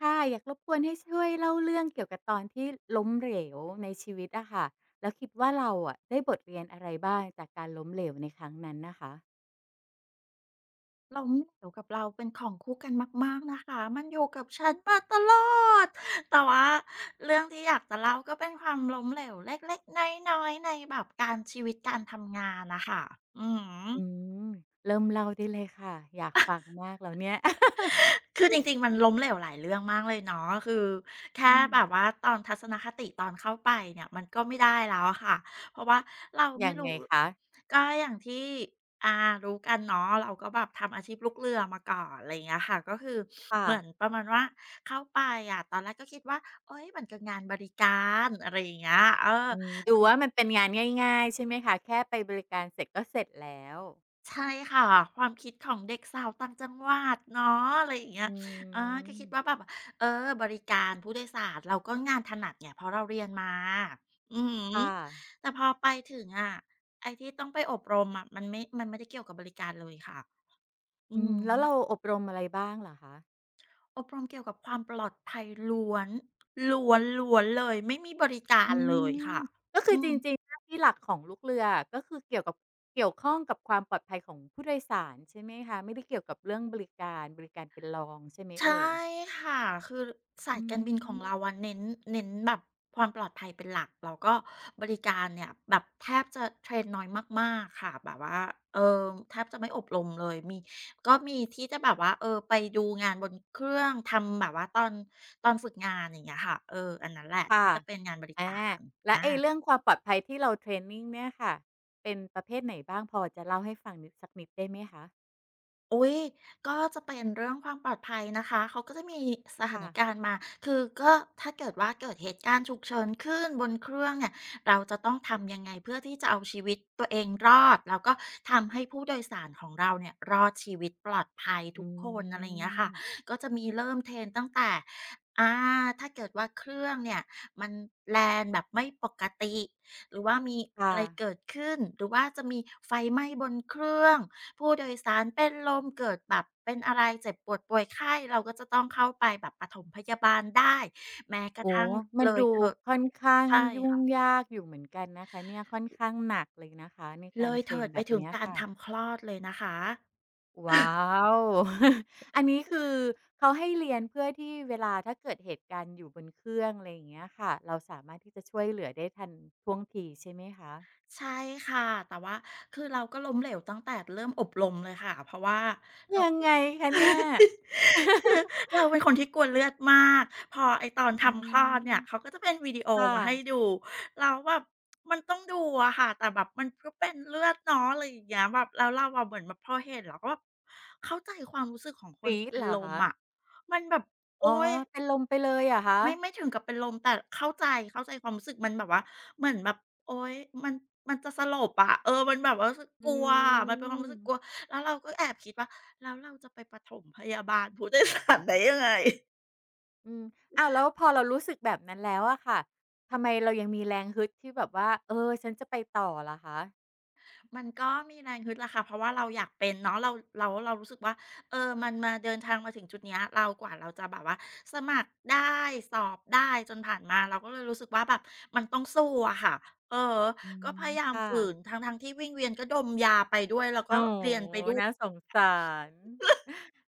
ค่ะอยากรบกวนให้ช่วยเล่าเรื่องเกี่ยวกับตอนที่ล้มเหลวในชีวิตอะค่ะแล้วคิดว่าเราอะได้บทเรียนอะไรบ้างจากการล้มเหลวในครั้งนั้นนะคะเราไม่เหนยวกับเราเป็นของคู่กันมากๆนะคะมันอยู่กับฉันมาตลอดแต่ว่าเรื่องที่อยากจะเล่าก็เป็นความล้มเหลวเล็กๆน้อยๆในแบบการชีวิตการทำงานนะคะอือ อืมเริ่มเล่าได้เลยค่ะอยากฟังมากแล้วเนี่ย คือจริงๆ มันล้มเหลวหลายเรื่องมากเลยเนาะคือแค่อืมแบบว่าตอนทัศนคติตอนเข้าไปเนี่ยมันก็ไม่ได้แล้วอะค่ะ.เพราะว่าเรายัไม่งไงรู้คะก็อย่างที่อ่ารู้กันเนาะเราก็แบบทำอาชีพลูกเรือมาก่อนอะไรอย่างเงี้ยค่ะก็คือค่ะเหมือนประมาณว่าเข้าไปอะตอนแรกก็คิดว่าเฮ้ยมันก็งานบริการอะไรอย่างเงี้ยเออ อืมดูว่ามันเป็นงานง่ายๆใช่ไหมคะแค่ไปบริการเสร็จก็เสร็จแล้วใช่ค่ะความคิดของเด็กสาวต่างจังหวัดเนาะอะไรอย่างเงี้ยอือาก็มคิดว่าแบบเออบริการผู้โดยสารเราก็งานถนัดเนี่ยเพราะเราเรียนมาอืมค่ะแต่พอไปถึงอะไอ้ที่ต้องไปอบรมอะมันไม่ได้เกี่ยวกับบริการเลยค่ะอือืมมแล้วเราอบรมอะไรบ้างเหรอคะ อบรมเกี่ยวกับความปลอดภัยล้วนๆเลยไม่มีบริการอืเลยมค่ะก็คืออืจม ริงๆหน้าที่หลักของลูกเรือก็คือเกี่ยวข้องกับความปลอดภัยของผู้โดยสารใช่ไหมคะไม่ได้เกี่ยวกับเรื่องบริการบริการเป็นรองใช่ไหมใช่เอ่ยค่ะคือสายอืการบินของมเราอะเน้นแบบความปลอดภัยเป็นหลักแล้วก็บริการเนี่ยแบบแทบจะเทรนน้อยมากๆค่ะแบบว่าเอ่อแทบจะไม่อบรมเลยมีก็มีที่จะแบบว่าเออไปดูงานบนเครื่องทำแบบว่าตอนฝึกงานอย่างเงี้ยค่ะเอออันนั้นแหละค่ะที่จะเป็นงานบริอาการ แล้วไอ้เรื่องความปลอดภัยที่เราเทรนนิงเนี่ยค่ะเป็นประเภทไหนบ้างพอจะเล่าให้ฟังนิดสักนิดได้ไหมคะอุ๊ยก็จะเป็นเรื่องความปลอดภัยนะคะ เขาก็จะมีสถาค่ะนการณ์มา คือก็ถ้าเกิดว่าเกิดเหตุการณ์ฉุกเฉินขึ้นบนเครื่องเนี่ยเราจะต้องทำยังไงเพื่อที่จะเอาชีวิตตัวเองรอด แล้วก็ทำให้ผู้โดยสารของเราเนี่ยรอดชีวิตปลอดภัยทุอืกคนอะไรอย่างเงี้ยค่ะมก็จะมีเริ่มเทรนตั้งแต่อาถ้าเกิดว่าเครื่องเนี่ยมันแลนด์แบบไม่ปกติหรือว่ามีอะค่ะไรเกิดขึ้นหรือว่าจะมีไฟไหม้บนเครื่อง ผู้โดยสารเป็นลมเกิดแบบเป็นอะไรเจ็บปวดป่วยไข้เราก็จะต้องเข้าไปแบบปฐมพยาบาลได้แม้กระโอ้ทั่งโฮมันเลยดูเถิดค่อนข้างใช่ยุ่งค่ะยากอยู่เหมือนกันนะคะเนี่ยค่อนข้างหนักเลยนะคะในเลการยเทรเถินดไปแบบถึงเนี้ยการค่ะ ทำคลอดเลยนะคะว้าว อันนี้คือเขาให้เรียนเพื่อที่เวลาถ้าเกิดเหตุการณ์อยู่บนเครื่องอะไรอย่างเงี้ยค่ะเราสามารถที่จะช่วยเหลือได้ทันท่วงทีใช่ไหมคะใช่ค่ะแต่ว่าคือเราก็ล้มเหลวตั้งแต่เริ่มอบรมเลยค่ะเพราะว่าเรา ยังไงคะเนี่ย เราเป็นคนที่กลัวเลือดมากพอไอ้ตอนอืทำคลอดเนี่มยเขาก็จะเป็นวิดีโอค่ะมาให้ดูเราวแบบมันต้องดูอะค่ะแต่แบบมันก็เป็นเลือดเนาะอะไรอย่างเงี้ยแบบแล้วเราอะเหมือนแบบพอเห็นเราก็แบบเข้าใจความรู้สึกของคกนรีจะดเป็นเหรลอมคะอะมันแบบโอ๊อ๋อยเป็นลมไปเลยเหรอะคะไม่ถึงกับเป็นลมแต่เข้าใจความรู้สึกมันแบบว่าเหมือนแบบโอ๊ยมันมันจะสลบอะเออมันแบบว่ารู้สึกกอืลัวอะมันเป็นความมรู้สึกกลัวแล้วเราก็แอบคิดว่าแล้วเราจะไปปฐมพยาบาลผู้โดยสารได้ ยังไง อืมอ้าวแล้วพอเรารู้สึกแบบนั้นแล้วอะค่ะทำไมเรายังมีแรงฮึดที่แบบว่าเออฉันจะไปต่อล่ะคะมันก็มีแรงฮึดแหละค่ะเพราะว่าเราอยากเป็นเนาะเรารู้สึกว่าเออมันมาเดินทางมาถึงจุดเนี้ยเรากว่าเราจะแบบว่าสมัครได้สอบได้จนผ่านมาเราก็เลยรู้สึกว่าแบบมันต้องสู้อะค่ะเอออืก็พมยายามค่ะ ฝืนทั้งทงที่วิ่งเวียนก็ดมยาไปด้วยแล้วก็โอ้เรียนโฮไปด้วยน่าสงสาร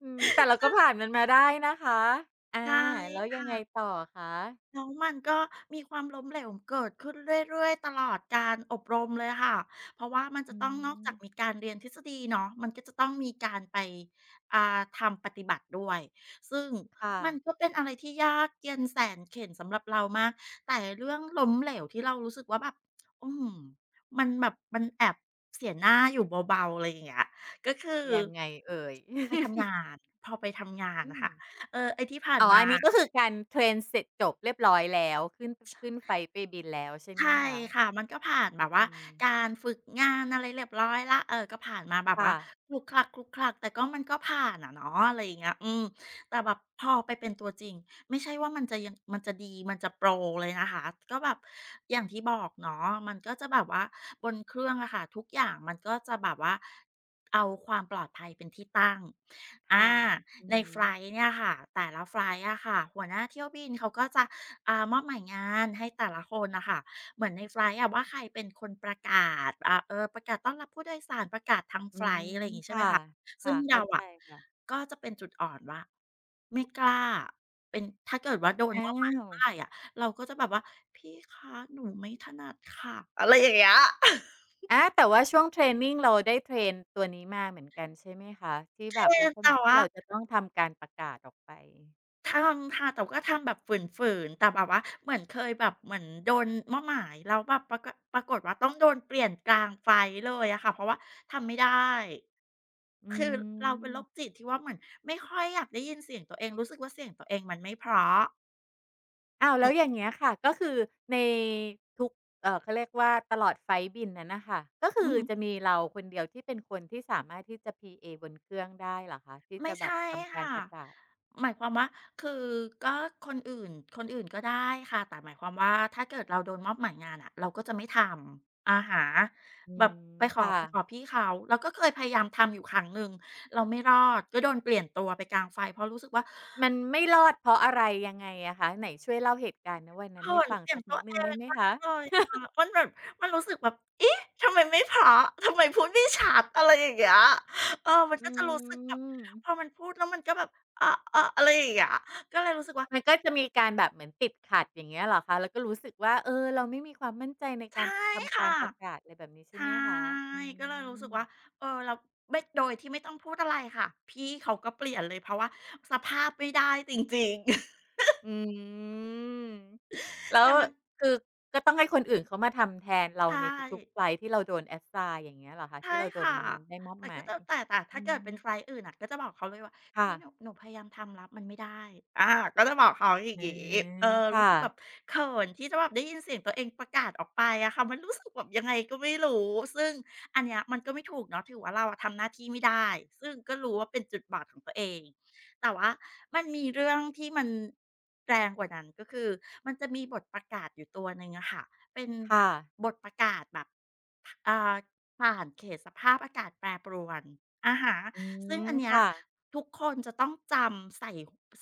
อืมแต่เราก็ผ่านมันมาได้นะคะอาใช่แล้วยังไงค่ะ ต่อคะแล้วมันก็มีความล้มเหลวเกิดขึ้นเรื่อยๆตลอดการอบรมเลยค่ะ เพราะว่ามันจะอืต้องนอกจากมีมการเรียนทฤษฎีเนาะมันก็จะต้องมีการไปทำปฏิบัติด้วย ซึ่งค่ะ มันก็เป็นอะไรที่ยากเย็นแสนเข็ญสำหรับเรามากแต่เรื่องล้มเหลวที่เรารู้สึกว่าแบบอื้อฮือมันแบบมันแอบเสียหน้าอยู่เบาๆอะไรอย่างเงี้ยก็คือยังไงเอ่ย ไปทำงา นพอไปทำงานอืน่ะมค่ะเออไอ้ที่ผ่านอ๋อมา อันนี้ก็คือการเทรนเสร็จจบเรียบร้อยแล้ว ขึ้นไฟลต์ไปบินแล้วใช่ไหมใช่คะค่ะมันก็ผ่านแบบอืว่ากามรฝึกงานอะไรเรียบร้อยแล้วเออก็ผ่านมาแบบค่ะว่าขลุกขลักแต่ก็มันก็ผ่านอะเนาะอะไรอย่างเงี้ยอืมแต่แบบพอไปเป็นตัวจริงไม่ใช่ว่ามันจะยังมันจะดีมันจะโปรเลยนะคะก็แบบอย่างที่บอกเนาะมันก็จะแบบว่าบนเครื่องอะค่ะทุกอย่างมันก็จะแบบว่าเอาความปลอดภัยเป็นที่ตั้งอาค่ะอือในฮึไฟลต์เนี่ยค่ะแต่ละไฟลต์อะค่ะหัวหน้าเที่ยวบินเขาก็จะมอบหมายงานให้แต่ละคนน่ะค่ะ เหมือนในไฟลต์อะว่าใครเป็นคนประกาศประกาศต้อนรับผู้โดยสารประกาศทั้งอืไฟลต์อะมไรอย่างงี้ใช่ไหมค่ะ คะซึ่ค่ะ งเข้าเราใจอะค่ะก็จะเป็นจุดอ่อนว่าไม่กล้าเป็นถ้าเกิดว่าโดนมอ้าอบหมายว เมื่อไรอะเราก็จะแบบว่าพี่คะหนูไม่ถนัดค่ะอะไรอย่างเงี้ย อาแต่ว่าช่วงเทรนนิงเราได้เทรนตัวนี้มาเหมือนกันใช่ไหมคะที่เปแบบ็ลันกษแต่ณะที่ว่า เราจะต้องทำการประกาศออกไปทำค่ะแต่ก็ทำแบบฝืนๆแต่แบบว่าเหมือนเคยแบบเหมือนโดนเมอหมายแล้วแบบปรากฏว่าต้องโดนเปลี่ยนกลางไฟต์เลยอะค่ะเพราะว่าทำไม่ได้อืคือเราเป็นมโรคจิตที่ว่าเหมือนไม่ค่อยอยากได้ยินเสียงตัวเองรู้สึกว่าเสียงตัวเองมันไม่เพราะอ้าวอืแล้อวอย่างเงี้ยค่ะก็คือในทุกเอ่อเขาเรียกว่าตลอดไฟลต์บินนั้นน่ะค่ะก็อืคือม จะมีเราคนเดียวที่เป็นคนที่สามารถที่จะ PA บนเครื่องได้เหรอคะที่ไม่จะแบบใช่ทำการค่ะประกาศหมายความว่าคือก็คนอื่นก็ได้ค่ะแต่หมายความว่าถ้าเกิดเราโดนมอบหมายงานอะเราก็จะไม่ทำอะฮะอืแบมบไปขอค่ะไปขอพี่เขาเราก็เคยพยายามทำอยู่ครั้งหนึ่งเราไม่รอดก็โดนเปลี่ยนตัวไปกลางไฟเพราะรู้สึกว่ามันไม่รอดเพราะอะไรยังไงอะคะไหนช่วยเล่าเหตุการณ์ณวันนั้นเขิให้นฟังเสียงสักตันิวดหเอนึ่งได้งไหมมากคะเลยอะมันแบบมันรู้สึกแบบเอ๊ะทำไมไม่เพราะทำไมพูดไม่ชัดอะไรอย่างเงี้ยเออมันก็อืจะรู้สึกแบบพอม มันพูดแล้วมันก็แบบออๆอะไรอย่างเงี้ยก็เลยรู้สึกว่า มันก็จะมีการแบบเหมือนติดขัดอย่างเงี้ยเหรอคะแล้วก็รู้สึกว่าเออเราไม่มีความมั่นใจในการใช่ทำกาค่ะ รประกาศอะไรแบบนี้ใช่ใช่ ไหมคะอืก็เลยรู้สึกมว่า เออเราไม่โดยที่ไม่ต้องพูดอะไรค่ะ พี่เขาก็เปลี่ยนเลยเพราะว่าสภาพไม่ได้จริงๆ อืม แล้วแต่มันคือก็ต้องให้คนอื่นเขามาทำแทนเราใช่ ในทุกๆไฟลต์ที่เราโดน assign อย่างเงี้ยเหรอคะที่ใช่เราโดนค่ะได้มอบแต่หมาก็ยจะแต่อืถ้าเกิมดเป็นไฟลต์อื่นน่ะก็จะบอกเขาเลยว่าค่ะนี่หนูพยายามทำแล้วมันไม่ได้อาก็จะบอกเขาอย่างอางี้เออครู้สึกแบบ่ะเขินที่จะแบบได้ยินเสียงตัวเองประกาศออกไปอะค่ะมันรู้สึกแบบยังไงก็ไม่รู้ซึ่งอันเนี้ยมันก็ไม่ถูกเนาะถือว่าเราอะทำหน้าที่ไม่ได้ซึ่งก็รู้ว่าเป็นจุดบอดของตัวเองแต่ว่ามันมีเรื่องที่มันแรงกว่านั้นก็คือมันจะมีบทประกาศอยู่ตัวหนึ่งอะค่ะเป็นค่ะบทประกาศแบบอ่า ผ่านเขตสภาพอากาศแปรปรวนอะฮะอืซึ่งมอันเนี้ยค่ะทุกคนจะต้องจำใส่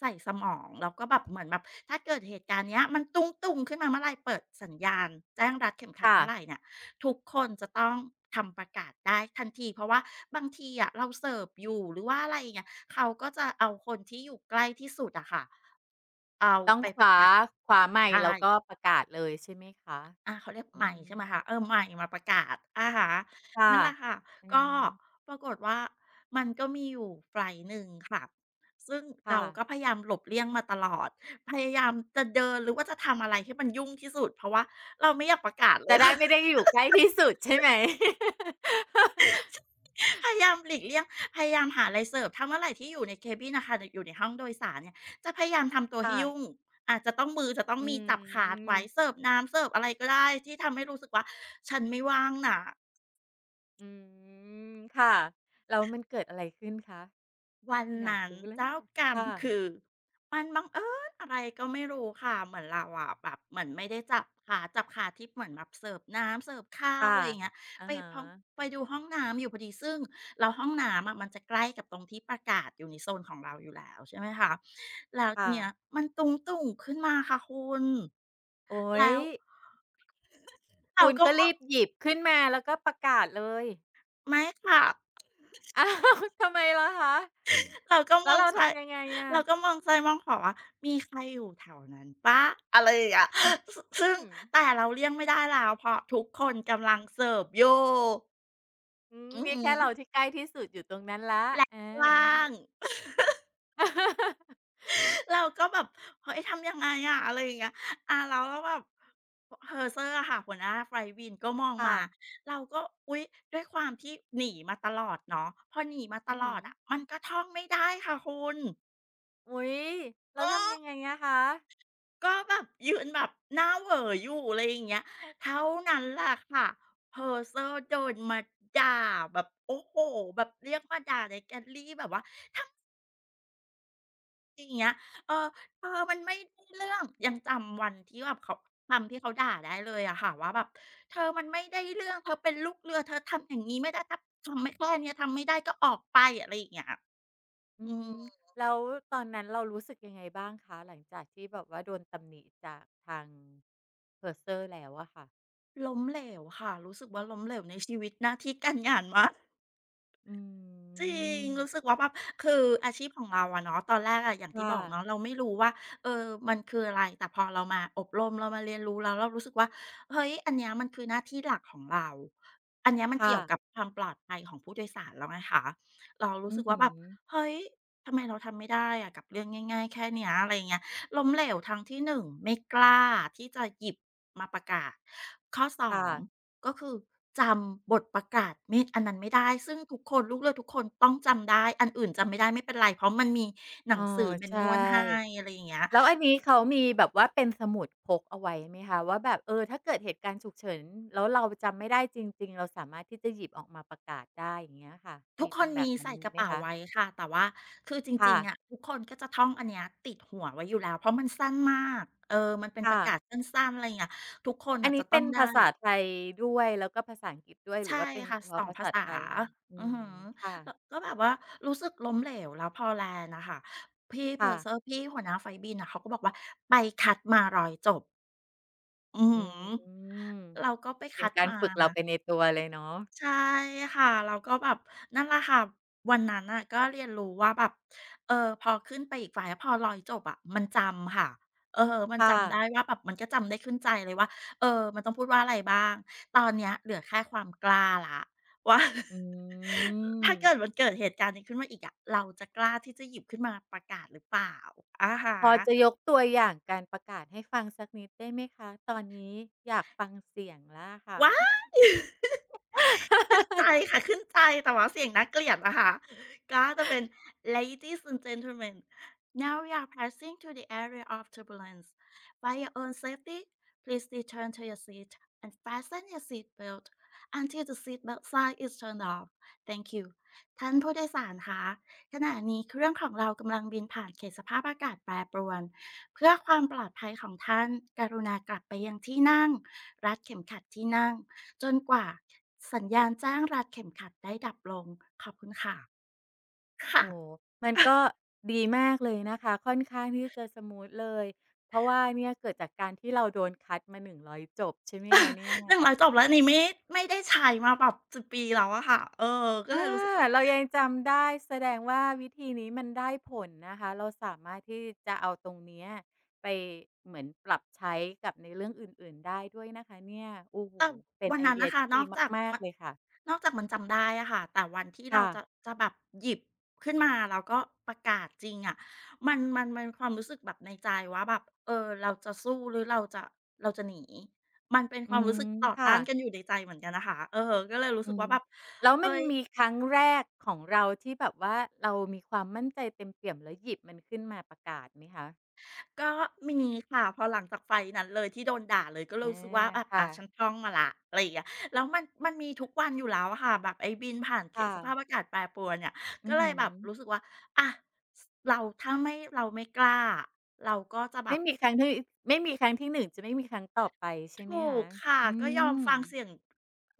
ใส่สมองแล้วก็แบบเหมือนแบบถ้าเกิดเหตุการณ์เนี้ยมันตุ้งๆขึ้นมาเมื่อไรเปิดสัญญาณแจ้งรัดเข็มขัดค่ะเมื่อไรเนี่ยทุกคนจะต้องทำประกาศได้ทันทีเพราะว่าบางทีอะเราเสิร์ฟอยู่หรือว่าอะไรอย่างเงี้ยเขาก็จะเอาคนที่อยู่ใกล้ที่สุดอะค่ะเอาต้องไปคประว้ากาศคว้าไมใชค์แล้วก็่ ประกาศเลยใช่ไหมคะอาเขาเรียกอืใหม่ม ใช่ไหมคะเออใหม่มาประกาศอะฮะค่ะนั่นแหละค่ะอืก็มปรากฏว่ามันก็มีอยู่ไฟลต์หนึ่งค่ะซึ่งเราค่ะก็พยายามหลบเลี่ยงมาตลอดพยายามจะเดินหรือว่าจะทำอะไรให้มันยุ่งที่สุดเพราะว่าเราไม่อยากประกาศเลจะยได้ค่ะ ไม่ได้อยู่ใกล้ที่สุดใช่ไหม พยายามหลีกเลี่ยงพยายามหาอะไรเสิร์ฟถ้าเมื่อไรที่อยู่ใน cabin อะค่ะดอยู่ในห้องโดยสารเนี่ยจะพยายามทำตัวให้ยุ่งค่ะอาจจะต้องมือจะต้องอืมีจับขาดไว้มเสิร์ฟน้ำเสิร์ฟอะไรก็ได้ที่ทำให้รู้สึกว่าฉันไม่ว่างนะ อืมค่ะแล้วมันเกิดอะไรขึ้นคะ วันอยากนั้นรู้แล้วเจ้าเนี่ยกรรมค่ะคือมันบังเอิญอะไรก็ไม่รู้ค่ะเหมือนเราอะแบบเหมือนไม่ได้จับขาที่เหมือนแบบเสิร์ฟน้ำเสิร์ฟข้าวค่ะอะไรอย่างเงี้ยอะไปฮะพร้อมไปดูห้องน้ำอยู่พอดีซึ่งแล้วห้องน้ำอะมันจะใกล้กับตรงที่ประกาศอยู่ในโซนของเราอยู่แล้วใช่ไหมคะแล้วทีเนี้ยค่ะมันตุงตุ่งขึ้นมาค่ะคุณโอ๊ยแล้วเราคุณก็ก็รีบหยิบขึ้นมาแล้วก็ประกาศเลย ไม่ค่ะ อ้าวทำไมล่ะคะ เราก็มแล้วองเราซ้ายทำยังไงอะเราก็มองซ้ายมองขวาว่ามีใครอยู่แถวนั้นเปล่าอะไรอย่างเงี้ยซึ่อืงมแต่เราเลี่ยงไม่ได้แล้วเพราะทุกคนกำลังเสิร์ฟอยู่อืมอือมีฮึแค่เราที่ใกล้ที่สุดอยู่ตรงนั้นแล้วและอา ว่าง เราก็แบบเฮ้ยทำยังไงอะอะไรอย่างเงี้ยอาแล้วแบบ Purser อะค่ะหัวหน้าไฟลต์บินก็มองค่ะมาเราก็อุ๊ยด้วยความที่หนีมาตลอดเนาะพอหนีมาตอือลฮึ อดอะมันก็ท่องไม่ได้ค่ะคุณอุ๊ยเอแล้วทำยัอ งไงอะคะก็แบบยืนแบบหน้าเหวออยู่อะไรอย่างเงี้ยเท่านั้นแหละค่ะเพอร์เซอ e ์โดนมาด่าแบบโอ้โหแบบเรียกมาด่าในแกลลี่แบบว่าทำอย่างเงี้ยเออเธอมันไม่ได้เรื่องยังจำวันที่แบบเขาคำที่เขาด่าได้เลยอะค่ะว่าแบบเธอมันไม่ได้เรื่องเธอเป็นลูกเรือเธอทำอย่างนี้ไม่ได้ถ้าทำไม่แค่เนี้ยทำไม่ได้ก็ออกไปอะไรอย่างเงี้ยอือืมมแล้วตอนนั้นเรารู้สึกยังไงบ้างคะหลังจากที่แบบว่าโดนตำหนิจากทาง Purser แล้วอะค่ะล้มเหลวค่ะรู้สึกว่าล้มเหลวในชีวิตหน้าที่การงานมาก อืจริงรู้สึกมว่าแบบคืออาชีพของเราอะเนาะตอนแรกอะอย่างที่ค่ะบอกเนาะเราไม่รู้ว่าเออมันคืออะไรแต่พอเรามาอบรมเรามาเรียนรู้แล้วเรารู้สึกว่าเฮ้ยอันเนี้ยมันคือหน้าที่หลักของเราอันเนี้ยมันค่ะเกี่ยวกับความปลอดภัยของผู้โดยสารแล้วไงคะเรารู้อืสึอกว่าฮึแบบเฮ้ยทำไมเราทำไม่ได้อะกับเรื่องง่ายๆแค่เนี้ยอะไรอย่างเงี้ยล้มเหลวทางที่หนึ่งไม่กล้าที่จะหยิบมาประกาศข้อสอค่ะง ก็คือจำบทประกาศเมดอันนั้นไม่ได้ซึ่งทุกคนลูกเรือทุกคนต้องจำได้อันอื่นจำไม่ได้ไม่เป็นไรเพราะมันมีหเอนัองสือ ใช manual ให้่ อะไรอย่างเงี้ยแล้วอันนี้เขามีแบบว่าเป็นสมุดพกเอาไว้ไหมคะว่าแบบเออถ้าเกิดเหตุการณ์ฉุกเฉินแล้วเราจำไม่ได้จริงๆเราสามารถที่จะหยิบออกมาประกาศได้อย่างเงี้ยค่ะทุกมีคเป็นนแบมีบนั้นใส่กระไหมเป๋าคะไว้ค่ะแต่ว่าคือจริค่ะงๆอะทุกคนก็จะท่องอันเนี้ยติดหัวไว้อยู่แล้วเพราะมันสั้นมากเออมันเป็นปค่ะ ระกาศสั้นๆอะไรอย่างเงี้ยทุกคนอันน่ะจะนี้ต้อเป็งนได้ ภาษาไทยด้วยแล้วก็ภาษาอังกฤษด้วยหรืใช่อว่าเป็นค่ะเฉสพาะองภาภาษาษาไทยคะอือือฮึมค่ะแล้วก็แบบว่ารู้สึกล้มเหลวแล้วพอ land อะค่ะพี่ ค่ะ purser พี่หัวหน้าไฟลต์บินน่ะเขาก็บอกว่าไปคัดมารอยจบอืออืฮึมเราก็ไปเป็นคัดการมา ฝึกเราไปในตัวเลยเนาะใช่ค่ะแล้วก็แบบนั่นแหละค่ะวันนั้นน่ะก็เรียนรู้ว่าแบบเออพอขึ้นไปอีกฝ่ายพอลอยจบอะมันจำค่ะเออมันค่ะจำได้ว่าแบบมันก็จำได้ขึ้นใจเลยว่าเออมันต้องพูดว่าอะไรบ้างตอนเนี้ยเหลือแค่ความกล้าแล้วว่า อื ถ้าเกิดมมันเกิดเหตุการณ์นี้ขึ้นมาอีกอะเราจะกล้าที่จะหยิบขึ้นมาประกาศหรือเปล่าอะฮะ พอจะยกตัวอย่างการประกาศให้ฟังสักนิดได้ไหมคะตอนนี้อยากฟังเสียงแล้วอะค่ะ ว้าย ขึ้นใจ ค่ะขึ้นใจแต่ว่าเสียงน่าเกลียดนะคะก็จะเป็น "Ladies and gentlemen, now we are passing to the area of turbulence. For your own safety, please return to your seat and fasten your seat belt until the seat belt sign is turned off. Thank you." ท่านผู้โดยสารคะขณะนี้เครื่องของเรากำลังบินผ่านเขตสภาพอากาศแปรปรวนเพื่อความปลอดภัยของท่านกรุณากลับไปยังที่นั่งรัดเข็มขัดที่นั่ง จนกว่าสัญญาณแจ้งรัดเข็มขัดได้ดับลง ขอบคุณค่ะ ค่ะโอ้โฮมันก็ดีมากเลยนะคะค่อนข้างที่จะสมูทเลย เพราะว่าเนี่ยเกิดจากการที่เราโดนคัดมา100 จบใช่ไหมคะเนี่ย หนึ่งร้อยจบแล้วอันนี้ไม่ได้ใช้มาแบบ1บปีแล้วอะค่ะเออก็อาเลยรู้สึกว่าเรายังจำได้แสดงว่าวิธีนี้มันได้ผลนะคะเราสามารถที่จะเอาตรงเนี้ยไปเหมือนปรับใช้กับในเรื่องอื่นๆได้ด้วยนะคะเนี่ยโอ้โฮแต่เป็นวันไอนั้นเดียน่ะค่ะที่นดีอกจากมากมัๆนเลยค่ะนอกจากมันจำได้อะค่ะแต่วันที่เราค่ะจะจะแบบหยิบขึ้นมาแล้วก็ประกาศจริงอะมันความรู้สึกแบบในใจว่าแบบเออเราจะสู้หรือเราจะเราจะหนีมันเป็นคอืวามมรู้สึกต่อค่ะต้านกันอยู่ในใจเหมือนกันนะคะอือฮึก็เลยรู้สึอืกมว่าแบบแล้วเอ๊มันย มีครั้งแรกของเราที่แบบว่าเรามีความมั่นใจเต็มเปี่ยมแล้วหยิบมันขึ้นมาประกาศไหมคะก็มีค่ะพอหลังจากไฟนั้นเลยที่โดนด่าเลยก็อารู้สึกว่าอะฉันค่ะท่องมาแล้วอะไรอย่างเงี้ยแล้วมันมีทุกวันอยู่แล้วอะค่ะแบบไอ้บินผ่านเขตค่ะสภาพอากาศแปรปรวนเนี่ยอืก็อเลยฮึ แบบรู้สึกว่าอะเราถ้าไม่เราไม่กล้าเราก็จะแบไม่บมีครั้งที่ไม่มีครั้งที่หนึ่งจะไม่มีครั้งต่อไปใช่ไหมถูคะกค่ะอืก็ยอมม ฟังเสียง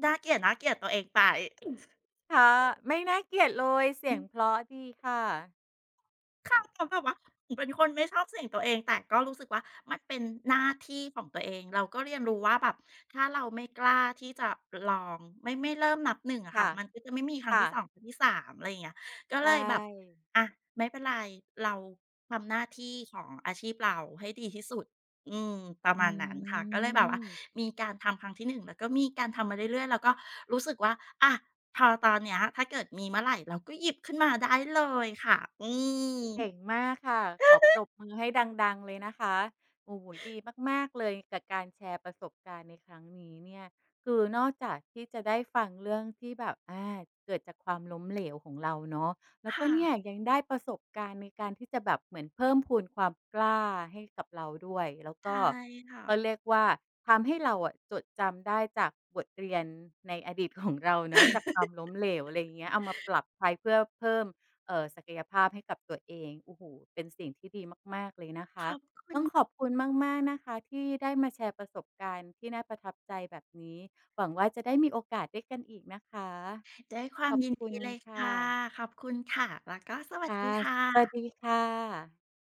น่าเกลียดตัวเองไป ค่ะ ไม่น่าเกลียดเลยเสียงเพราะดีค่ะ ค่ะ แต่แบบว่าเป็นคนไม่ชอบเสียงตัวเองแต่ก็รู้สึกว่ามันเป็นหน้าที่ของตัวเองเราก็เรียนรู้ว่าแบบถ้าเราไม่กล้าที่จะลองไม่เริ่มนับหนึ่งอะค่ะค่ะ มันก็จะไม่มีครั้งค่ะที่2ครั้งที่สามอะไรอย่างเงี้ยก็เลใช่ยแบบอะไม่เป็นไรเราทำหน้าที่ของอาชีพเราให้ดีที่สุดอืมประอืมาณนั้นค่ะก็เลยแบบว่าม มีการทำครั้งที่หนึ่งแล้วก็มีการทำมาเรื่อยๆแล้วก็รู้สึกว่าอะ พอตอนเนี้ยถ้าเกิดมีเมื่อไหรเราก็หยิบขึ้นมาได้เลยค่ะอืมเก่งมากค่ะขอปรบมือให้ดังๆเลยนะคะโอ้โฮดีมากๆเลยกับการแชร์ประสบการณ์ในครั้งนี้เนี่ยคือนอกจากที่จะได้ฟังเรื่องที่แบบอาเกิดจากความล้มเหลวของเราเนาะแล้วก็ค่ะ เนี่ยยังได้ประสบการณ์ในการที่จะแบบเหมือนเพิ่มพูนความกล้าให้กับเราด้วยแล้วก็ใช่ค่ะ เขาเรียกว่าทำให้เราอะจดจำได้จากบทเรียนในอดีตของเราเนาะจาก ความล้มเหลวอะไรอย่างเงี้ยเอามาปรับใช้เพื่อเพิ่ม ศักยภาพให้กับตัวเองโอ้โฮเป็นสิ่งที่ดีมากๆเลยนะขคะอบต้องขอบคุณมากๆนะคะที่ได้มาแชร์ประสบการณ์ที่น่าประทับใจแบบนี้หวังว่าจะได้มีโอกาสด้วยกันอีกนะคะด้วยควาขมอบยินคุดีณเลยค่ะค่ะ ขอบคุณค่ะ แล้วก็สวัสค่ะดีค่สวัสดีะค่ะ